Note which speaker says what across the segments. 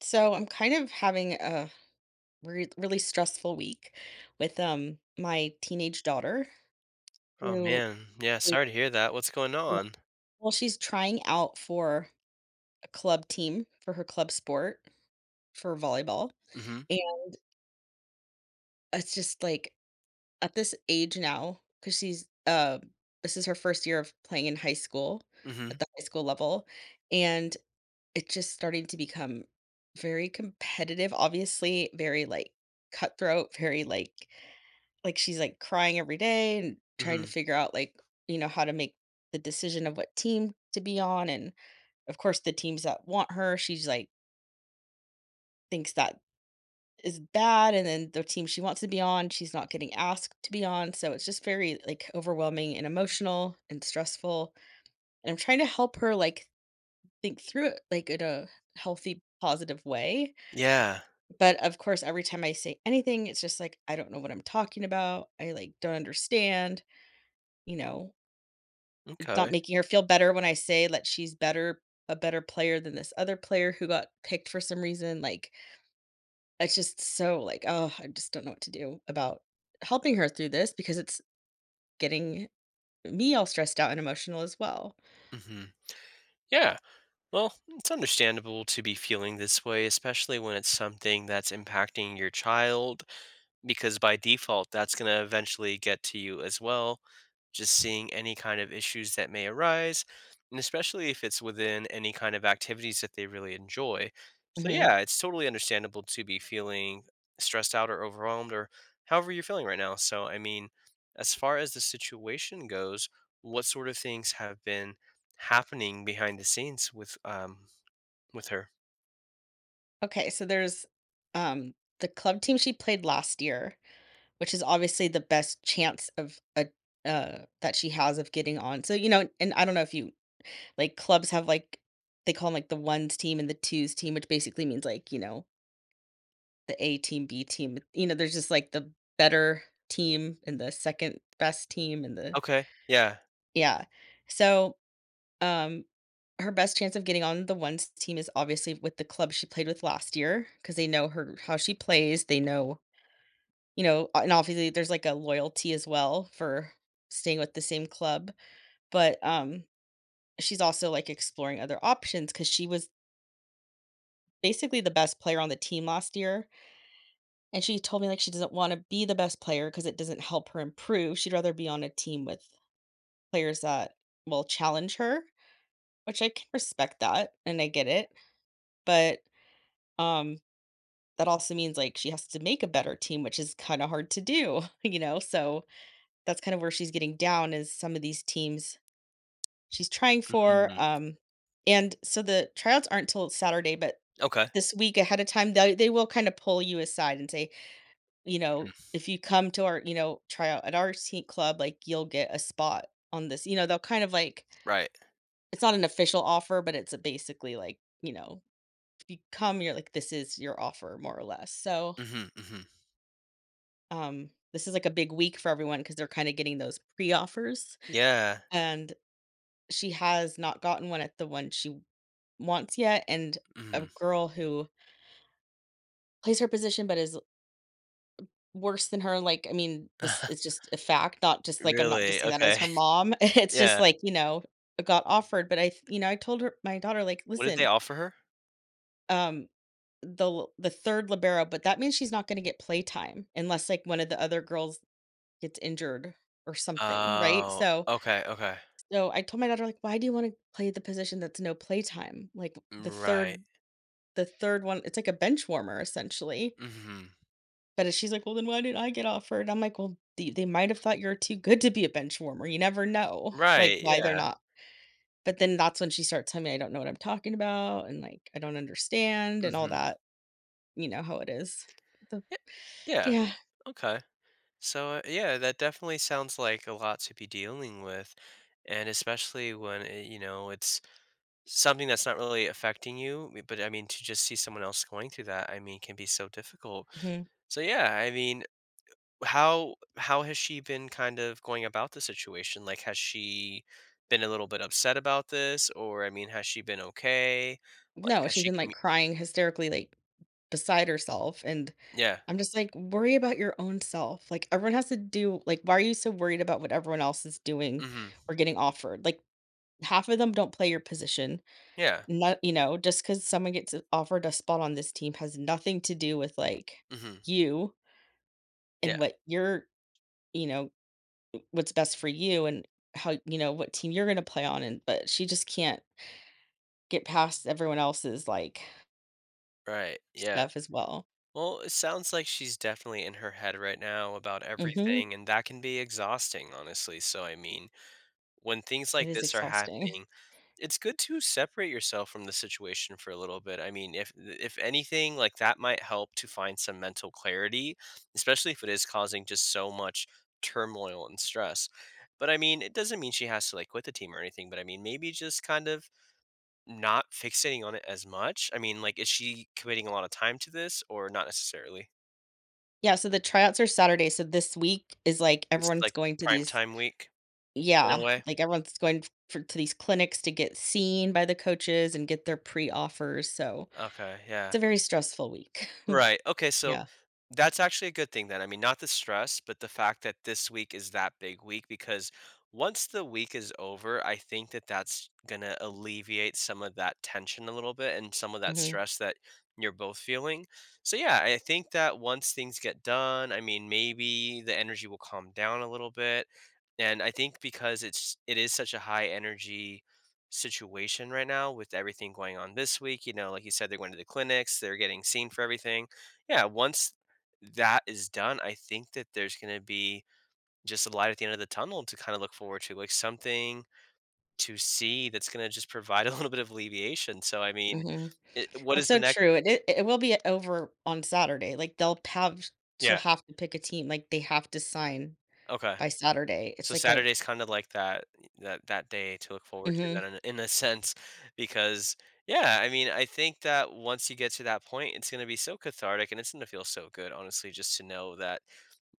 Speaker 1: So I'm kind of having a really stressful week with my teenage daughter
Speaker 2: Oh,
Speaker 1: who
Speaker 2: man. Yeah,
Speaker 1: is
Speaker 2: sorry to hear that. What's going
Speaker 1: yeah,
Speaker 2: on?
Speaker 1: well she's trying out for a club team for her club sport for volleyball.
Speaker 2: Mhm.
Speaker 1: And it's just like at this age now, cuz she's this is her first year of playing in high school, at
Speaker 2: Mhm.
Speaker 1: the high school level, and it's just starting to become very competitive, obviously, very like cutthroat, very like she's like crying every day and trying to
Speaker 2: Mhm.
Speaker 1: figure out like how to make the decision of what team to be on. And of course the teams that want her, she's like thinks that is bad, and then the team she wants to be on she's not getting asked to be on, so it's just very like overwhelming and emotional and stressful. And I'm trying to help her like think through it like in a healthy, positive way,
Speaker 2: Yeah.
Speaker 1: but of course every time I say anything it's just like I don't know what I'm talking about, I like don't understand, you know not
Speaker 2: Okay.
Speaker 1: making her feel better when I say that she's better, a better player than this other player who got picked for some reason, like, it's just so, like, oh, I just don't know what to do about helping her through this, because it's getting me all stressed out and emotional as well.
Speaker 2: Mhm. Yeah. Well, it's understandable to be feeling this way, especially when it's something that's impacting your child because by default, that's going to eventually get to you as well. Just seeing any kind of issues that may arise, and especially if it's within any kind of activities that they really enjoy. So,
Speaker 1: Mhm.
Speaker 2: yeah, it's totally understandable to be feeling stressed out or overwhelmed or however you're feeling right now. So, I mean, as far as the situation goes, what sort of things have been happening behind the scenes with her?
Speaker 1: Okay, so there's um the club team she played last year, which is obviously the best chance of a that she has of getting on. So, you know, and I don't know if you, like, clubs have like they call them like the ones team and the twos team, which basically means like, you know, the A team, B team. You know, there's just like the better team and the second best team and the
Speaker 2: Okay, yeah.
Speaker 1: yeah. So, Um, her best chance of getting on the ones team is obviously with the club she played with last year, because they know her, how she plays. They know, you know, and obviously there's like a loyalty as well for staying with the same club. But she's also like exploring other options because she was basically the best player on the team last year. And she told me like she doesn't want to be the best player because it doesn't help her improve. She'd rather be on a team with players that will challenge her, which I can respect that and I get it. But um that also means like she has to make a better team, which is kind of hard to do, you know? So that's kind of where she's getting down, is some of these teams she's trying for.
Speaker 2: Mhm.
Speaker 1: And so the tryouts aren't till Saturday, but
Speaker 2: Okay.
Speaker 1: this week ahead of time, they will kind of pull you aside and say, you know,
Speaker 2: Mhm.
Speaker 1: if you come to our, you know, tryout at our team club, like you'll get a spot on this. You know, they'll kind of like,
Speaker 2: Right.
Speaker 1: it's not an official offer, but it's a basically like, you know, if you come, you're like, this is your offer more or less. So,
Speaker 2: Hmm, hmm.
Speaker 1: This is like a big week for everyone, because they're kind of getting those pre offers.
Speaker 2: Yeah.
Speaker 1: And she has not gotten one at the one she wants yet. And a
Speaker 2: Mhm.
Speaker 1: girl who plays her position but is worse than her, like, I mean, this is just a fact, not just like I'm not just
Speaker 2: Really?
Speaker 1: saying that as
Speaker 2: Okay.
Speaker 1: her mom. It's just
Speaker 2: Yeah.
Speaker 1: like, you know, got offered. But you know, I told her, my daughter, like,
Speaker 2: What did they
Speaker 1: listen,
Speaker 2: offer her?
Speaker 1: um, the the third libero, but that means she's not going to get playtime unless like one of the other girls gets injured or something, right?
Speaker 2: Oh,
Speaker 1: So,
Speaker 2: okay, okay.
Speaker 1: so I told my daughter, like, "Why do you wanna play the position that's no playtime?" Like,
Speaker 2: Mm,
Speaker 1: the
Speaker 2: right.
Speaker 1: 3rd the 3rd one, it's like a bench warmer, essentially.
Speaker 2: Mhm.
Speaker 1: But if she's like, "Well, then why did I get offered?" I'm like, "Well, they might have thought you're too good to be a bench warmer, you never know, like,
Speaker 2: Right,
Speaker 1: why they're
Speaker 2: yeah.
Speaker 1: not." But then that's when she starts telling me I don't know what I'm talking about, and, like, I don't understand and all
Speaker 2: Mhm.
Speaker 1: that, you know how it is. The
Speaker 2: Yeah,
Speaker 1: yeah,
Speaker 2: okay. So, yeah, that definitely sounds like a lot to be dealing with, and especially when it's something that's not really affecting you, but, I mean, to just see someone else going through that, I mean, can be so difficult.
Speaker 1: mhm.
Speaker 2: So, yeah, I mean, how has she been kind of going about the situation? Like, has she been a little bit upset about this, or I mean, has she been okay? Like,
Speaker 1: No,
Speaker 2: has
Speaker 1: she's
Speaker 2: she
Speaker 1: been,
Speaker 2: commu-
Speaker 1: like, crying hysterically, like, beside herself, and
Speaker 2: Yeah.
Speaker 1: I'm just like, worry about your own self. Like, everyone has to do, like, why are you so worried about what everyone else is doing
Speaker 2: Mhm.
Speaker 1: or getting offered? Like, half of them don't play your position.
Speaker 2: Yeah.
Speaker 1: Not, you know, just because someone offered a spot on this team has nothing to do with like
Speaker 2: Mhm.
Speaker 1: you and
Speaker 2: Yeah.
Speaker 1: what you're, you know, what's best for you and how, you know, what team you're going to play on. And, but she just can't get past everyone else's like
Speaker 2: Right. Yeah.
Speaker 1: stuff as well.
Speaker 2: Well, it sounds like she's definitely in her head right now about
Speaker 1: Mm-hmm.
Speaker 2: everything, and that can be exhausting, honestly. So, I mean, when things
Speaker 1: It
Speaker 2: like
Speaker 1: is
Speaker 2: this are
Speaker 1: exhausting.
Speaker 2: happening, it's good to separate yourself from the situation for a little bit. I mean, if anything, like that might help to find some mental clarity, especially if it is causing just so much turmoil and stress. But I mean, it doesn't mean she has to like quit the team or anything, but I mean, maybe just kind of not fixating on it as much. I mean, like is she committing a lot of time to this or not necessarily?
Speaker 1: Yeah, so the tryouts are Saturday, so this week is, like,
Speaker 2: This is
Speaker 1: everyone's
Speaker 2: like
Speaker 1: going to
Speaker 2: prime
Speaker 1: these.
Speaker 2: time week in a
Speaker 1: Yeah,
Speaker 2: way.
Speaker 1: like, everyone's going for to these clinics to get seen by the coaches and get their pre-offers, so
Speaker 2: Okay,
Speaker 1: it's
Speaker 2: yeah.
Speaker 1: a very stressful week.
Speaker 2: Right. Okay. So
Speaker 1: Yeah.
Speaker 2: that's actually a good thing then. I mean, not the stress, but the fact that this week is that big week because once the week is over, I think that that's going to alleviate some of that tension a little bit and some of that
Speaker 1: Mhm,
Speaker 2: stress that you're both feeling. So, yeah, I think that once things get done, I mean, maybe the energy will calm down a little bit. And I think because it is such a high energy situation right now with everything going on this week. You know, like you said, they're going to the clinics, they're getting seen for everything. Yeah, once that is done, I think that there's going to be just a light at the end of the tunnel to kind of look forward to, like something to see that's going to just provide a little bit of alleviation. So, I mean,
Speaker 1: mhm.
Speaker 2: it, what
Speaker 1: That's
Speaker 2: is the
Speaker 1: so
Speaker 2: next?
Speaker 1: true, and it will be over on Saturday, like, they'll have, she'll
Speaker 2: Yeah.
Speaker 1: have to pick a team, like, they have to sign
Speaker 2: Okay.
Speaker 1: by Saturday.
Speaker 2: So
Speaker 1: It's like a
Speaker 2: Saturday's kind of like that day to look forward to that
Speaker 1: mhm,
Speaker 2: in a sense because yeah, I mean, I think that once you get to that point, it's going to be so cathartic and it's going to feel so good, honestly, just to know that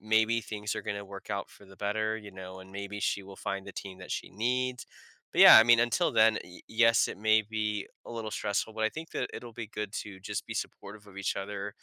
Speaker 2: maybe things are going to work out for the better, you know, and maybe she will find the team that she needs. But yeah, I mean, until then, y- yes, it may be a little stressful, but I think that it'll be good to just be supportive of each other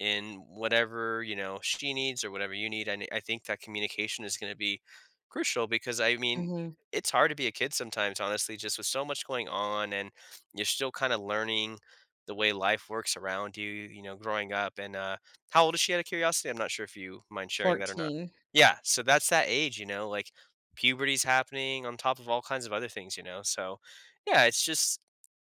Speaker 2: in whatever you know she needs or whatever you need. I ne- I think that communication is going to be crucial because I mean
Speaker 1: mhm,
Speaker 2: it's hard to be a kid sometimes, honestly, just with so much going on and you're still kind of learning the way life works around you. You know, growing up and how old is she? Out of curiosity, I'm not sure if you mind sharing that or not.
Speaker 1: 14.
Speaker 2: Yeah, so that's that age, you know, like puberty's happening on top of all kinds of other things, you know. So yeah, it's just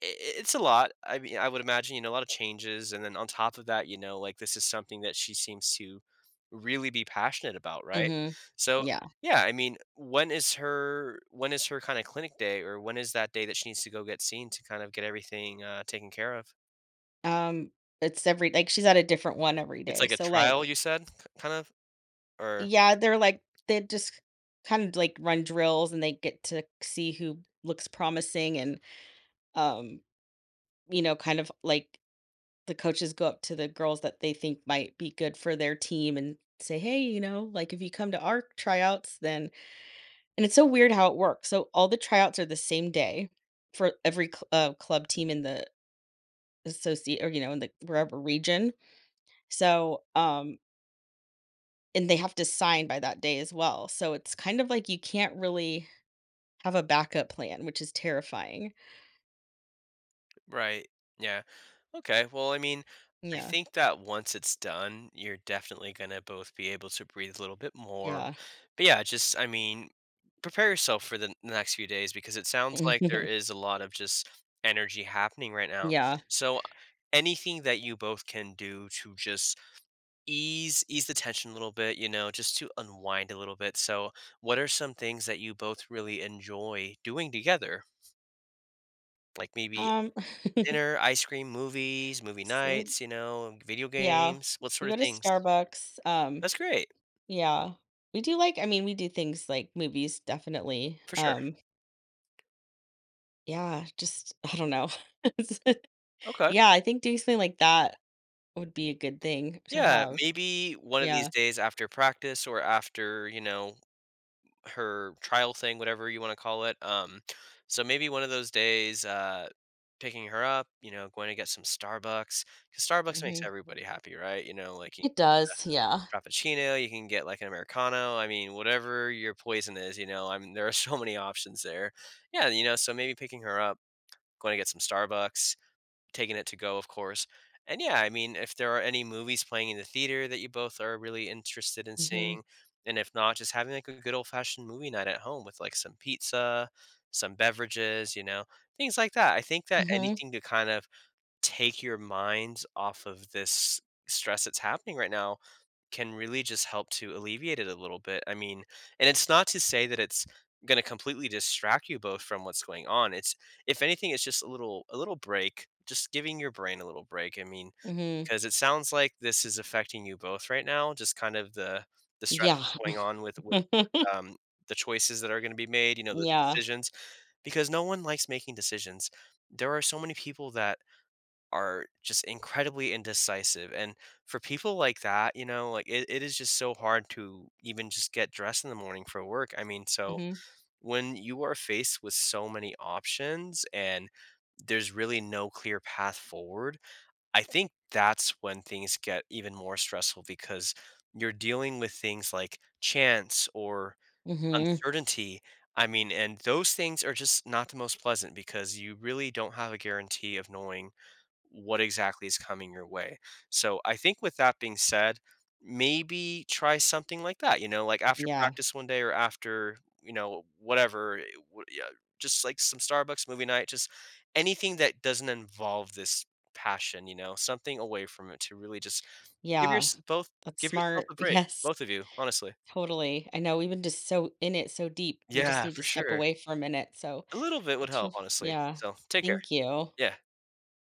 Speaker 2: I it's a lot. I mean, I would imagine, you know, a lot of changes, and then on top of that, you know, like, this is something that she seems to really be passionate about, right?
Speaker 1: Mhm.
Speaker 2: So,
Speaker 1: Yeah,
Speaker 2: yeah, I mean, when is her kinda clinic day, or when is that day that she needs to go get seen to kind of get everything, taken care of?
Speaker 1: um, it's every like, she's at a different one every
Speaker 2: It's
Speaker 1: day,
Speaker 2: like a
Speaker 1: so,
Speaker 2: trial, you
Speaker 1: like
Speaker 2: said, k- kind of? Or
Speaker 1: yeah, they're like they just kind of like run drills and they get to see who looks promising and um, you know, kind of like the coaches go up to the girls that they think might be good for their team and say, "Hey, you know, like if you come to our tryouts, then." And it's so weird how it works. So all the tryouts are the same day for every club team in the associate or you know in the wherever region. So and they have to sign by that day as well. So it's kind of like you can't really have a backup plan, which is terrifying.
Speaker 2: right, yeah. Okay. Well, I mean, I
Speaker 1: Yeah,
Speaker 2: think that once it's done, you're definitely going to both be able to breathe a little bit more.
Speaker 1: yeah.
Speaker 2: But yeah, just, I mean, prepare yourself for the n- next few days because it sounds like there is a lot of just energy happening right now.
Speaker 1: Yeah.
Speaker 2: So, anything that you both can do to just ease the tension a little bit, you know, just to unwind a little bit. So, what are some things that you both really enjoy doing together? Like maybe
Speaker 1: Um,
Speaker 2: dinner, ice cream, movies, movie
Speaker 1: so we
Speaker 2: nights, you know, video
Speaker 1: yeah,
Speaker 2: games, what
Speaker 1: we
Speaker 2: sort of
Speaker 1: go to
Speaker 2: things?
Speaker 1: Starbucks,
Speaker 2: That's great,
Speaker 1: yeah. We do like I mean, we do things like movies, definitely.
Speaker 2: for sure.
Speaker 1: Yeah, just I don't know. It's
Speaker 2: Okay.
Speaker 1: yeah, I think doing something like that would be a good thing to
Speaker 2: Yeah,
Speaker 1: have.
Speaker 2: maybe one of these
Speaker 1: Yeah.
Speaker 2: days after practice or after, you know, her trial thing, whatever you want to call it. So maybe one of those days, picking her up, you know, going to get some Starbucks because Starbucks makes
Speaker 1: Mhm.
Speaker 2: everybody happy, right? You know, like you
Speaker 1: It does, yeah.
Speaker 2: Frappuccino, you can get like an Americano. I mean, whatever your poison is, you know, I mean, there are so many options there. Yeah, you know, so maybe picking her up going to get some Starbucks, taking it to go, of course. And yeah, I mean, if there are any movies playing in the theater that you both are really interested in
Speaker 1: Mhm.
Speaker 2: seeing, and if not, just having like a good old fashioned movie night at home with like some pizza, some beverages, you know, things like that. I think that
Speaker 1: Mhm.
Speaker 2: anything to kind of take your minds off of this stress that's happening right now can really just help to alleviate it a little bit. I mean, and it's not to say that it's going to completely distract you both from what's going on. It's if anything, it's just a little break, just giving your brain a little break. I mean,
Speaker 1: Mhm.
Speaker 2: because it sounds like this is affecting you both right now. Just kind of the stress
Speaker 1: Yeah.
Speaker 2: that's going on with um, the choices that are going to be made. You know, those
Speaker 1: Yeah.
Speaker 2: decisions because no one likes making decisions. There are so many people that are just incredibly indecisive. And for people like that, you know, like it is just so hard to even just get dressed in the morning for work. I mean, so
Speaker 1: Mhm.
Speaker 2: when you are faced with so many options and there's really no clear path forward, I think that's when things get even more stressful because you're dealing with things like chance or
Speaker 1: Mhm.
Speaker 2: uncertainty, I mean, and those things are just not the most pleasant because you really don't have a guarantee of knowing what exactly is coming your way. So I think with that being said, maybe try something like that, you know, like after
Speaker 1: Yeah.
Speaker 2: practice one day or after, you know, whatever, eh, wh- yeah, just like some Starbucks movie night, just anything that doesn't involve this passion, you know, something away from it to really just give your
Speaker 1: Yeah.
Speaker 2: both
Speaker 1: That's
Speaker 2: give yourself
Speaker 1: smart.
Speaker 2: a break,
Speaker 1: Yes,
Speaker 2: both of you, honestly.
Speaker 1: totally. I know we've been just so in it so deep. We just
Speaker 2: Yeah,
Speaker 1: need
Speaker 2: for
Speaker 1: to step
Speaker 2: sure.
Speaker 1: away for a minute. So
Speaker 2: A little bit would
Speaker 1: that's,
Speaker 2: help, honestly.
Speaker 1: yeah.
Speaker 2: So, take care.
Speaker 1: Thank you.
Speaker 2: Yeah.